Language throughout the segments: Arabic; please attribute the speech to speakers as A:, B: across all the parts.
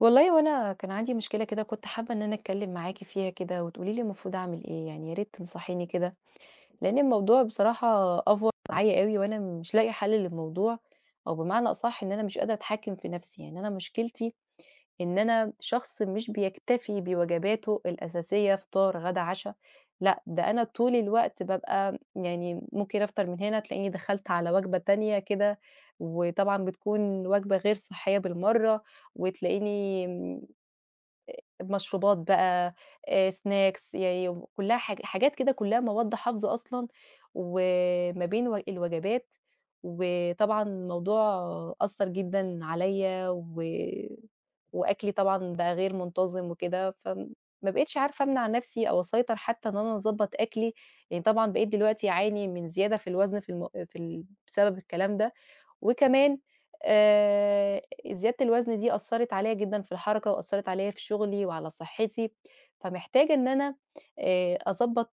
A: والله وأنا كان عندي مشكلة كده كنت حابة إن أنا أتكلّم معاكِ فيها كده وتقولي لي المفروض أعمل إيه، يعني يا ريت تنصحيني كده، لإن الموضوع بصراحة أفور معايا أوي وأنا مش لاقية حل للموضوع، أو بمعنى أصح إن أنا مش قادرة أتحكّم في نَفْسي، يعني أنا مشكلتي إن أنا شخص مش بيكتفي بوجباته الأساسية فطار، غدا، عشا، لأ ده أنا طول الوقت بابقى يعني ممكن أفطر من هنا تلاقيني دخلت على وجبة تانية كده، وطبعًا بتكون وجبة غير صحية بالمرّة، وتلاقيني مشروبات بقى، snacks كلّها حاجات كده كلّها مواد حافظة أصلًا، وما بين الوجبات، وطبعًا الموضوع أثّر جدًا عليَّ وأكلي طبعًا بقى غير منتظم وكده، ما بقيتش عارفة أمنع نفسي أو أسيطر حتى إن أنا أضبّط أكلي، لإن طبعًا بقيت دلوقتي أعاني من زيادة في الوزن في الم في ال بسبب الكلام ده، وكمان آآ زيادة الوزن دي أثّرت عليَّ جدًا في الحركة وأثّرت عليَّ في شغلي وعلى صحّتي، فمحتاجة إن أنا أضبّط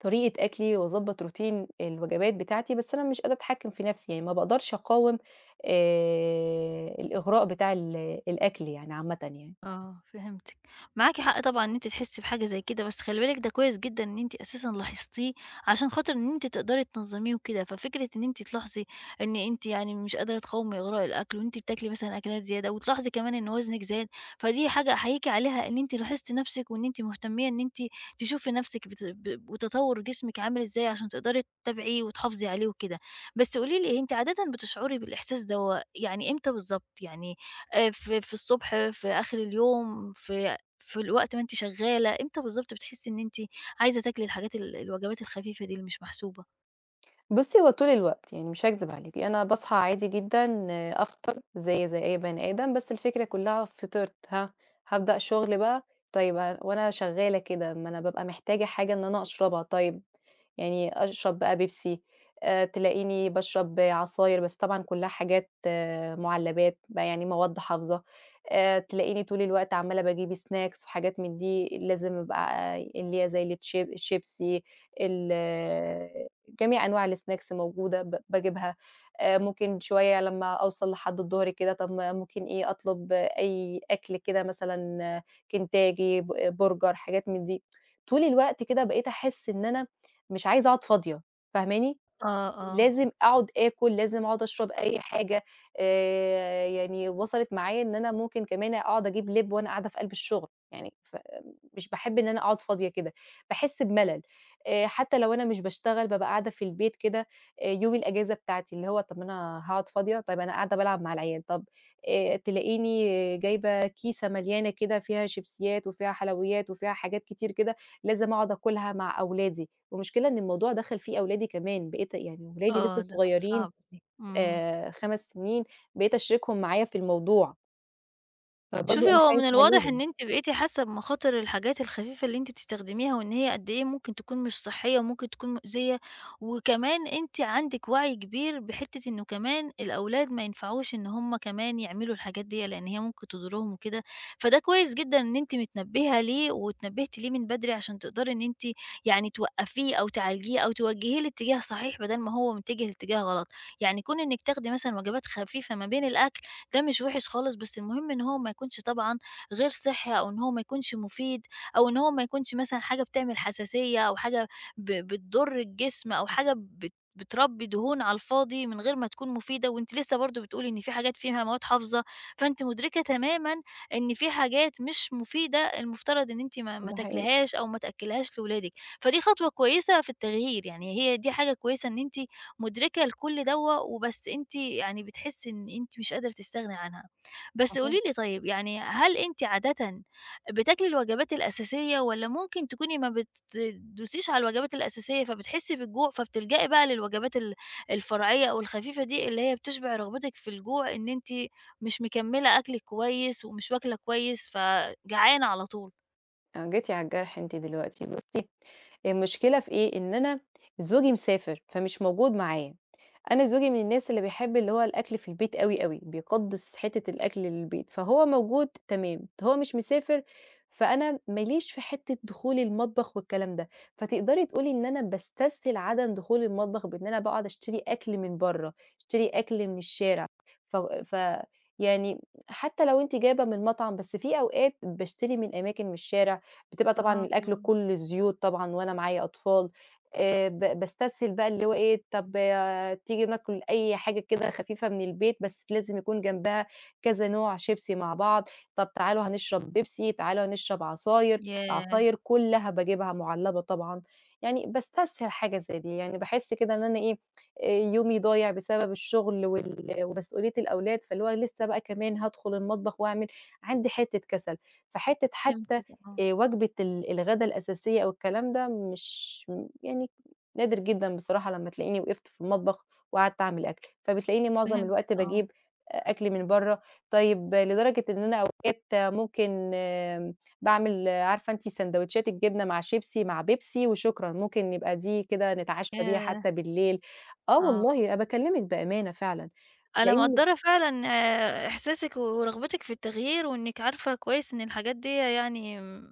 A: طريقة أكلي وأضبّط روتين الوجبات بتاعتي، بس أنا مش قادرة أتحكّم في نَفْسي، يعني ما باقدرش أقاوم الإغراء بتاع الأكل يعني عامةً يعني.
B: آه، فهمتِك. معاكِ حق طبعًا إن أنتِ تحسّي بحاجة زي كده، بس خلّي بالِك ده كويس جدًا إن أنتِ أساسًا لاحظتيه عشان خاطر إن أنتِ تقدري تنظّميه وكده، ففكرة إن أنتِ تلاحظي إن أنتِ يعني مش قادرة تقاومي إغراء الأكل وأنتِ بتاكلي مثلًا أكلات زيادة وتلاحظي كمان إن وزنِك زاد، فدي حاجة أحييكِ عليها إن أنتِ لاحظتِ نَفْسِك وإن أنتِ مهتمية إن أنتِ تشوفي نَفْسِك بت ب وتطوُّر جسمِك عامل إزاي عشان تقدري تتابعيه وتحافظي عليه وكده. بس قولي لي، أنتِ عادةً بتشعري بالإحساس دوّة يعني إمتى بالضبط؟ يعني في في الصبح، في آخر اليوم، في في وقت ما أنتِ شغالة، إمتى بالضبط بتحسي إن أنتِ عايزة تاكلي الحاجات الوجبات الخفيفة دي اللي مش محسوبة؟
A: بُصّي، هو طول الوقت، يعني مش هاكذب عليكِ، أنا باصحى عادي جدًا أفطر زيي زي أي بني آدم، بس الفكرة كلّها فطرت، هابدأ شغل بقى، طيب وأنا شغّالة كده ما أنا بابقى محتاجة حاجة إن أنا أشربها، طيب يعني أشرب بقى بيبسي، تلاقيني باشرب عصاير، بس طبعًا كلّها حاجات مُعلّبات، ما يعني مواد حافظة، تلاقيني طول الوقت عمّالة باجيب snacks وحاجات من دي، لازم أبقى اللي هي زي الشيبسي، ال جميع أنواع الsnacks موجودة باجيبها، ممكن شوية لمّا أوصل لحد الضهر كده طب ما ممكن إيه أطلب أي أكل كده مثلًا كنتاكي، ب آه، برجر، حاجات من دي. طول الوقت كده بقيت أحس إن أنا مش عايزة أقعد فاضية، فاهماني؟
B: آه، آه.
A: لازم أقعد آكل، لازم أقعد أشرب أي حاجة، يعني وصلت معايا إن أنا ممكن كمان أقعد أجيب لاب وأنا قاعدة في قلب الشغل، يعني مش باحب إن أنا أقعد فاضية كده، باحس بملل، حتى لو أنا مش باشتغل بابقى قاعدة في البيت كده، يوم الأجازة بتاعتي اللي هو طَب ما أنا هاقعد فاضية، طيب أنا قاعدة بالعب مع العيال، طَب تلاقيني جايبة كيسة مليانة كده فيها شيبسيات وفيها حلويات وفيها حاجات كتير كده، لازم أقعد آكلها مع أولادي. والمشكلة إن الموضوع دخل فيه أولادي كمان، بقيت يعني ولادي لسه
B: آه، ده
A: صغيرين،
B: صعب دي. إمم.
A: 5 سنين، بقيت أشركهم معايا في الموضوع، طبعًا. فبرضه
B: شوفي،
A: أنا
B: هو من
A: خايفة
B: الواضح
A: عليهم،
B: إن أنتِ بقيتِ حاسة بمخاطر الحاجات الخفيفة اللي أنتِ بتستخدميها، وإن هي قد إيه ممكن تكون مش صحية، وممكن تكون مؤذية، وكمان أنتِ عندِك وعي كبير بحتة إنه كمان الأولاد ما ينفعوش إن هُم كمان يعملوا الحاجات ديّة، لإن هي ممكن تضرهم وكده، فده كويس جدًا إن أنتِ متنبهة ليه، واتنبهتِ ليه من بدري عشان تقدري إن أنتِ يعني توقفيه أو تعالجيه أو توجهيه لاتجاه صحيح بدل ما هو متجه لاتجاه غلط. يعني كون إنِك تاخدي مثلًا وجبات خفيفة ما بين الأكل ده مش وِحِش خالص، بس المهم إن هو ما يكونش طبعًا غير صحّي، أو إن هو ما يكونش مفيد، أو إن هو ما يكونش مثلًا حاجة بتعمل حساسية، أو حاجة بتضُر الجسم، أو حاجة بتربّي دهون على الفاضي من غير ما تكون مفيدة، وأنتِ لسّه برضه بتقولي إن في حاجات فيها مواد حافظة. فأنتِ مُدركة تمامًا إن في حاجات مش مفيدة المفترض إن أنتِ ما ما
A: ده حقيقي،
B: تاكليهاش أو ما تأكّليهاش لولادِك، فدي خطوة كويسة في التغيير. يعني هي دي حاجة كويسة إن أنتِ مُدركة لكُلّ دوّة، وبس أنتِ يعني بتحسّي إن أنتِ مش قادرة تستغني عنها. بس
A: صحيح.
B: قولي لي طيب، يعني هل أنتِ عادةً بتاكلي الوجبات الأساسية، والّا ممكن تكوني ما بتدوسيش على الوجبات الأساسية فبتحسّي بالجوع، فبتلجئي بقى للوجبات الفرعية أو الخفيفة دي اللي هي بتشبع رغبتِك في الجوع إن أنتِ مش مكمّلة أكلِك كويس ومش واكلة كويس، فجعانة على طول؟
A: آه، جيتِ على الجرح أنتِ دلوقتي، بُصّي، هي المشكلة في إيه، إن أنا زوجي مسافر، فمش موجود معايا. أنا زوجي من الناس اللي بيحب اللي هو الأكل في البيت أوي، أوي، بيقدّس حتّة الأكل للبيت، فهو موجود تمام، هو مش مسافر. فأنا ما ليش في حتّة دخول المطبخ والكلام ده، فتقدري تقولي إن أنا باستسهل عدم دخول المطبخ بإن أنا باقعد أشتري أكل من برّه، أشتري أكل من الشارع، ف ف يعني حتّى لو أنتِ جايبة من مطعم، بس في أوقات باشتري من أماكن من الشارع، بتبقى طبعًا
B: آه
A: الأكل
B: طبعًا.
A: كلّه زيوت طبعًا وأنا معايا أطفال، ب باستسهل بقى اللي هو إيه طَب تيجي ناكل أي حاجة كده خفيفة من البيت، بس لازم يكون جنبها كذا نوع شيبسي مع بعض، طب تعالوا هنشرب بيبسي، تعالوا هنشرب عصاير،
B: ياه!
A: العصاير كلّها باجيبها مُعلبة طبعًا، يعني باستسهل حاجة زي دي، يعني باحس كده إن أنا إيه، يومي ضايع بسبب الشغل ومسؤولية الأولاد، فاللي هو لسه بقى كمان هادخل المطبخ وأعمل، عندي حتة كسل، حتى
B: فهمتِك، آه.
A: وجبة الغدا الأساسية أو الكلام ده مش يعني نادر جدًا بصراحة لمّا تلاقيني وقفت في المطبخ وقعدت أعمل أكل، فبتلاقيني معظم
B: فهمتِك،
A: الوقت
B: آه.
A: باجيب أكل من برّه، طيب لدرجة إن أنا أوقات ممكن باعمل عارفة أنتِ ساندوتشات الجبنة مع شيبسي مع بيبسي وشكرًا، ممكن يبقى دي كده نتعشى بيها
B: ياه!
A: حتى بالليل، آه
B: آه.
A: والله أنا باكلمِك بأمانة فعلًا،
B: أنا
A: لإن
B: مقدّرة فعلًا، آه، إحساسِك ورغبتِك في التغيير، وإنِّك عارفة كويس إن الحاجات ديّة يعني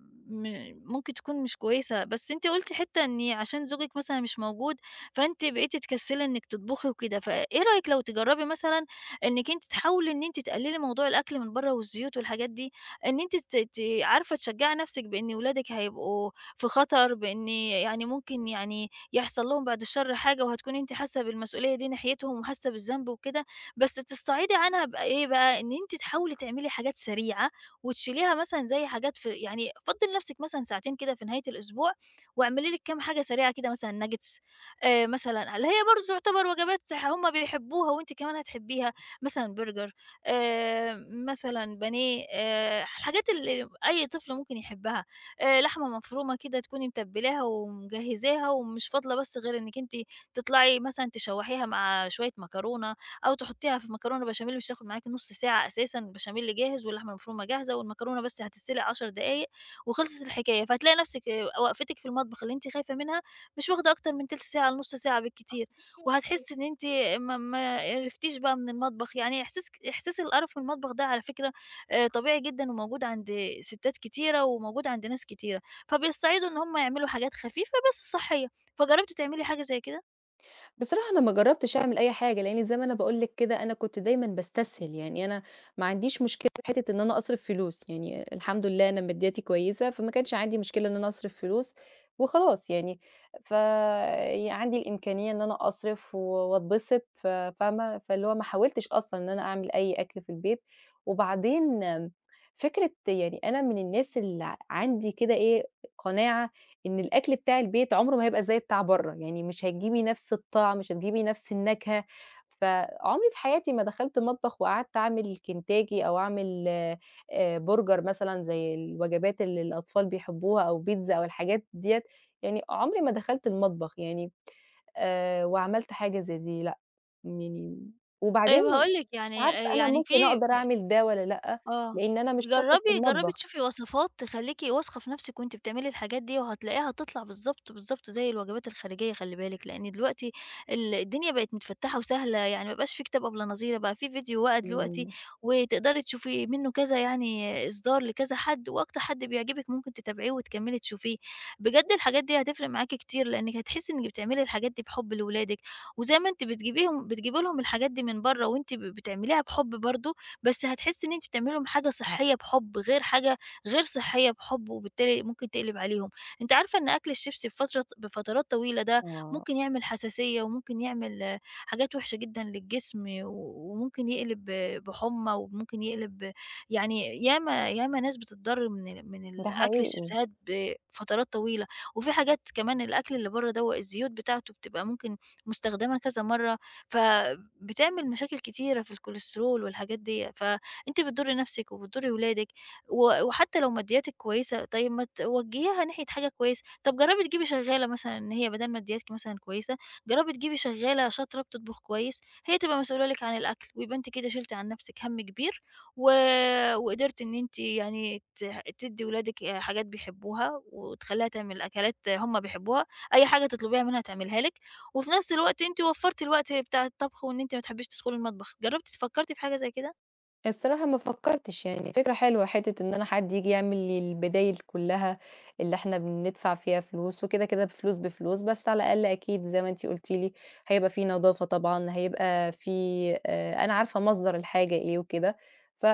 B: ممكن تكون مش كويسة، بس أنتِ قُلتِ حتّة إن عشان زوجِك مثلًا مش موجود، فأنتِ بقيتِ تكسّلي إنِّك تطبخي وكده، فإيه رأيِك لو تجرّبي مثلًا إنِّك أنتِ تحاولي إن أنتِ تقلّلي موضوع الأكل من برّه والزيوت والحاجات دي، إن أنتِ ت ت عارفة تشجّعي نَفْسِك بإن ولادِك هيبقوا في خطر، بإن يعني ممكن يعني يحصل لهم بعد الشر حاجة، وهتكوني أنتِ حاسّة بالمسؤولية دي ناحيتهم وحاسّة بالذنب وكده. بس تستعيضي عنها بقى إيه بقى، إن أنتِ تحاولي تعملي حاجات سريعة وتشيليها مثلًا، زي حاجات في يعني فضّي لنفسِك مثلًا ساعتين كده في نهاية الأسبوع واعملي لِك كام حاجة سريعة كده، مثلًا nuggets، مثلًا اللي هي برضه تعتبر وجبات هم بيحبوها وأنتِ كمان هتحبيها، مثلًا برجر، مثلًا بانيه، الحاجات اللي أي طفل ممكن يحبها، لحمة مفرومة كده تكوني متبّلاها ومجهّزاها ومش فاضلة بس غير إنِّك أنتِ تطلعي مثلًا تشوّحيها مع شوية مكرونة، أو تحطيها في مكرونة بشاميل. مش هتاخد معاكِ نُص ساعة أساسًا، البشاميل جاهز واللحمة المفرومة جاهزة والمكرونة بس هتتسلق 10 دقايق وخلصت الحكاية، فهتلاقي نفسِك، آه، وقفتِك في المطبخ اللي أنتِ خايفة منها مش واخدة أكتر من تِلت ساعة لنُص ساعة بالكتير، وهتحسي إن أنتِ ما ما قرفتيش بقى من المطبخ. يعني إحساس القرف من المطبخ ده، على فكرة، طبيعي جدًا وموجود عند ستات كتيرة وموجود عند ناس كتيرة، فبيستعيضوا إن هم يعملوا حاجات خفيفة بس صحية. فجربتِ تعملي حاجة زي كده؟
A: بصراحة أنا ما جرّبتش أعمل أي حاجة، لإني زي ما أنا باقول لِك كده أنا كنت دايمًا باستسهل، يعني أنا ما عنديش مشكلة في حتّة إن أنا أصرف فلوس، يعني الحمد لله أنا مادياتي كويسة، فما كانش عندي مشكلة إن أنا أصرف فلوس وخلاص يعني، ف ي عندي الإمكانية إن أنا أصرف واتبسط فاهمة؟ فاللي هو ما حاولتش أصلًا إن أنا أعمل أي أكل في البيت، وبعدين فكرة يعني أنا من الناس اللي عندي كده إيه، قناعة إن الأكل بتاع البيت عمره ما هيبقى زي بتاع برّه، يعني مش هتجيبي نفس الطعم، مش هتجيبي نفس النكهة، فعمري في حياتي ما دخلت مطبخ وقعدت أعمل كنتاكي أو أعمل برجر مثلًا زي الوجبات اللي الأطفال بيحبوها أو بيتزا أو الحاجات ديّة، يعني عمري ما دخلت المطبخ يعني وعملت حاجة زي دي لأ، يعني وبعدين
B: طيب، هاقول لِك،
A: مش
B: يعني
A: عارفة أنا
B: يعني في،
A: ممكن أقدر أعمل ده والّا لأ،
B: آه،
A: لإن أنا مش شاطرة في
B: جرّبي جرّبي
A: المطبخ.
B: تشوفي وصفات تخلّيكِ واثقة في نفسِك وأنتِ بتعملي الحاجات دي، وهتلاقيها هتطلع بالضبط، بالضبط زي الوجبات الخارجية، خلّي بالِك. لإن دلوقتي الدنيا بقت متفتّحة وسهلة، يعني ما بقاش في كتاب أبلة نظيرة، بقى في فيديو بقى دلوقتي،
A: إمم،
B: وتقدري تشوفي منّه كذا يعني إصدار لكذا حد، وأكتر حد بيعجبِك ممكن تتابعيه وتكمّلي تشوفيه. بجد الحاجات دي هتفرق معاكِ كتير، لإنِّك هتحسّي إنِّك بتعملي الحاجات دي بحُب لولادِك، وزي ما أنتِ بتجيبيهم بتجيبي لهم الحاجات دي من برّه وأنتِ بتعمليها بحُب برضه، بس هتحسّي إن أنتِ بتعملي لهم حاجة صحّية بحُب، غير حاجة غير صحّية بحُب، وبالتالي ممكن تقلب عليهم. أنتِ عارفة إن أكل الشيبسي بفترات طويلة ده
A: آه،
B: ممكن يعمل حساسية، وممكن يعمل، حاجات وحشة جدًا للجسم، وممكن يقلب، بحُمّى، وممكن يقلب، يعني ياما ياما ناس بتتضرّر من ال من
A: ده
B: ال أكل
A: حقيقي.
B: الشيبسيهات بفترات طويلة. وفي حاجات كمان، الأكل اللي برّه دوّة الزيوت بتاعته بتبقى ممكن مستخدمة كذا مرّة، فبتعمل مشاكل كتيرة في الكوليسترول والحاجات دي، فأنتِ بتضُرّي نفسِك وبتضُرّي ولادِك. وحتى لو مادياتِك كويسة، طيب ما توجّهيها ناحية حاجة كويسة، طب جرّبي تجيبي شغّالة، مثلًا إن هي بدل مادياتِك مثلًا كويسة، جرّبي تجيبي شغّالة شاطرة بتطبخ كويس، هي تبقى مسؤولة لِك عن الأكل، ويبقى أنتِ كده شِلتِ عن نفسِك هَم كبير، و وقدرتِ إن أنتِ يعني تدّي ولادِك حاجات بيحبوها، وتخلّيها تعمل أكلات هُم بيحبوها، أي حاجة تطلبيها منها تعملها لِك، وفي نفس الوقت أنتِ وفّرتِ الوقت بتاع الطبخ وإن أنتِ ما تحبيش تدخلي المطبخ. جرّبتِ فكّرتِ في حاجة زي كده؟
A: الصراحة ما فكّرتش يعني، فكرة حلوة حتّة إن أنا حد ييجي يعمل لي البدايل كلّها اللي إحنا بندفع فيها فلوس، وكده، كده بفلوس، بفلوس، بس على الأقل أكيد زي ما أنتِ قُلتِ لي هيبقى في نضافة طبعًا، هيبقى في أنا عارفة مصدر الحاجة إيه وكده، ف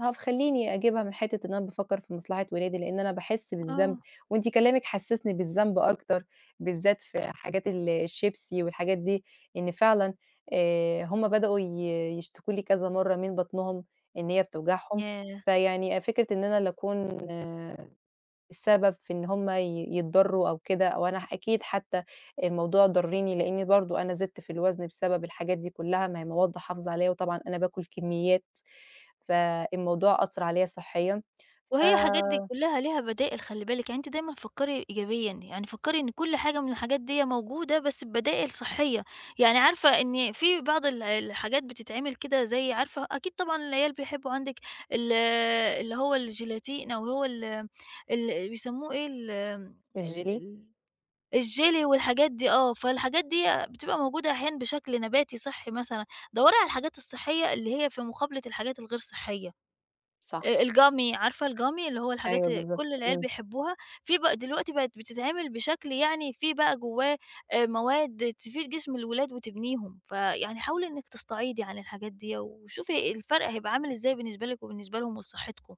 A: هف خلّيني أجيبها من حتّة إن أنا بافكّر في مصلحة ولادي، لإن أنا باحس بالذنب،
B: آه.
A: وأنتِ كلامِك حسّسني بالذنب أكتر، بالذات في حاجات الشيبسي والحاجات دي، إن فعلًا هم بدأوا يشتكوا لي كذا مرّة من بطنهم إن هي بتوجعهم،
B: ياه!
A: فيعني فكرة إن أنا اللي أكون السبب في إن هم يتضرّوا أو كده، أو أنا أكيد حتى الموضوع ضرّني لإني برضه أنا زدت في الوزن بسبب الحاجات دي كلّها، ما هي مواد حافظة عليَّ وطبعًا أنا باكل كميات، فالموضوع أثّر عليَّ صحيًا. ف
B: وهي الحاجات دي كلّها ليها بدائل، خلّي بالِك، يعني أنتِ دايمًا فكّري إيجابيًا، يعني فكّري إن كل حاجة من الحاجات ديّة موجودة بس ببدائل صحّية، يعني عارفة إن في بعض الحاجات بتتعمل كده، زي عارفة أكيد طبعًا العيال بيحبّوا عندِك ال اللي هو الجيلاتين، أو هو ال ال بيسموه إيه ال ال
A: الجيلي،
B: ال الجيلي والحاجات دي، فالحاجات دي بتبقى موجودة أحيانًا بشكل نباتي صحّي مثلًا. دوري على الحاجات الصحية اللي هي في مقابلة الحاجات الغير صحية،
A: صح،
B: الgummy، عارفة الgummy اللي هو الحاجات
A: أيوه بالضبط،
B: كل العيال
A: إمم.
B: بيحبوها، في بقى دلوقتي بقت بتتعمل بشكل، يعني في بقى جواه مواد تفيد جسم الولاد وتبنيهم، فيعني حاولي إنِّك تستعيضي عن الحاجات ديّة، وشوفي الفرق هيبقى عامل إزاي بالنسبة لِك وبالنسبة لهم ولصحتكم.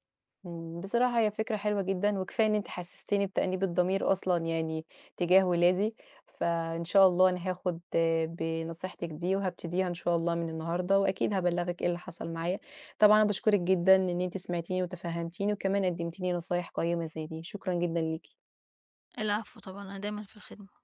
A: إمم، بصراحة هي فكرة حلوة جدًا، وكفاية إن أنتِ حسستيني بتأنيب الضمير أصلًا يعني تجاه ولادي، فإن شاء الله أنا هاخد بنصيحتِك دي، وهابتديها إن شاء الله من النهارده، وأكيد هابلّغِك إيه اللي حصل معايا. طبعًا أنا باشكرِك جدًا إن أنتِ سمعتيني وتفهمتيني، وكمان قدمتِ لي نصايح قيمة زي دي، شكرًا جدًا ليكِ.
B: العفو طبعًا، أنا دايمًا في الخدمة.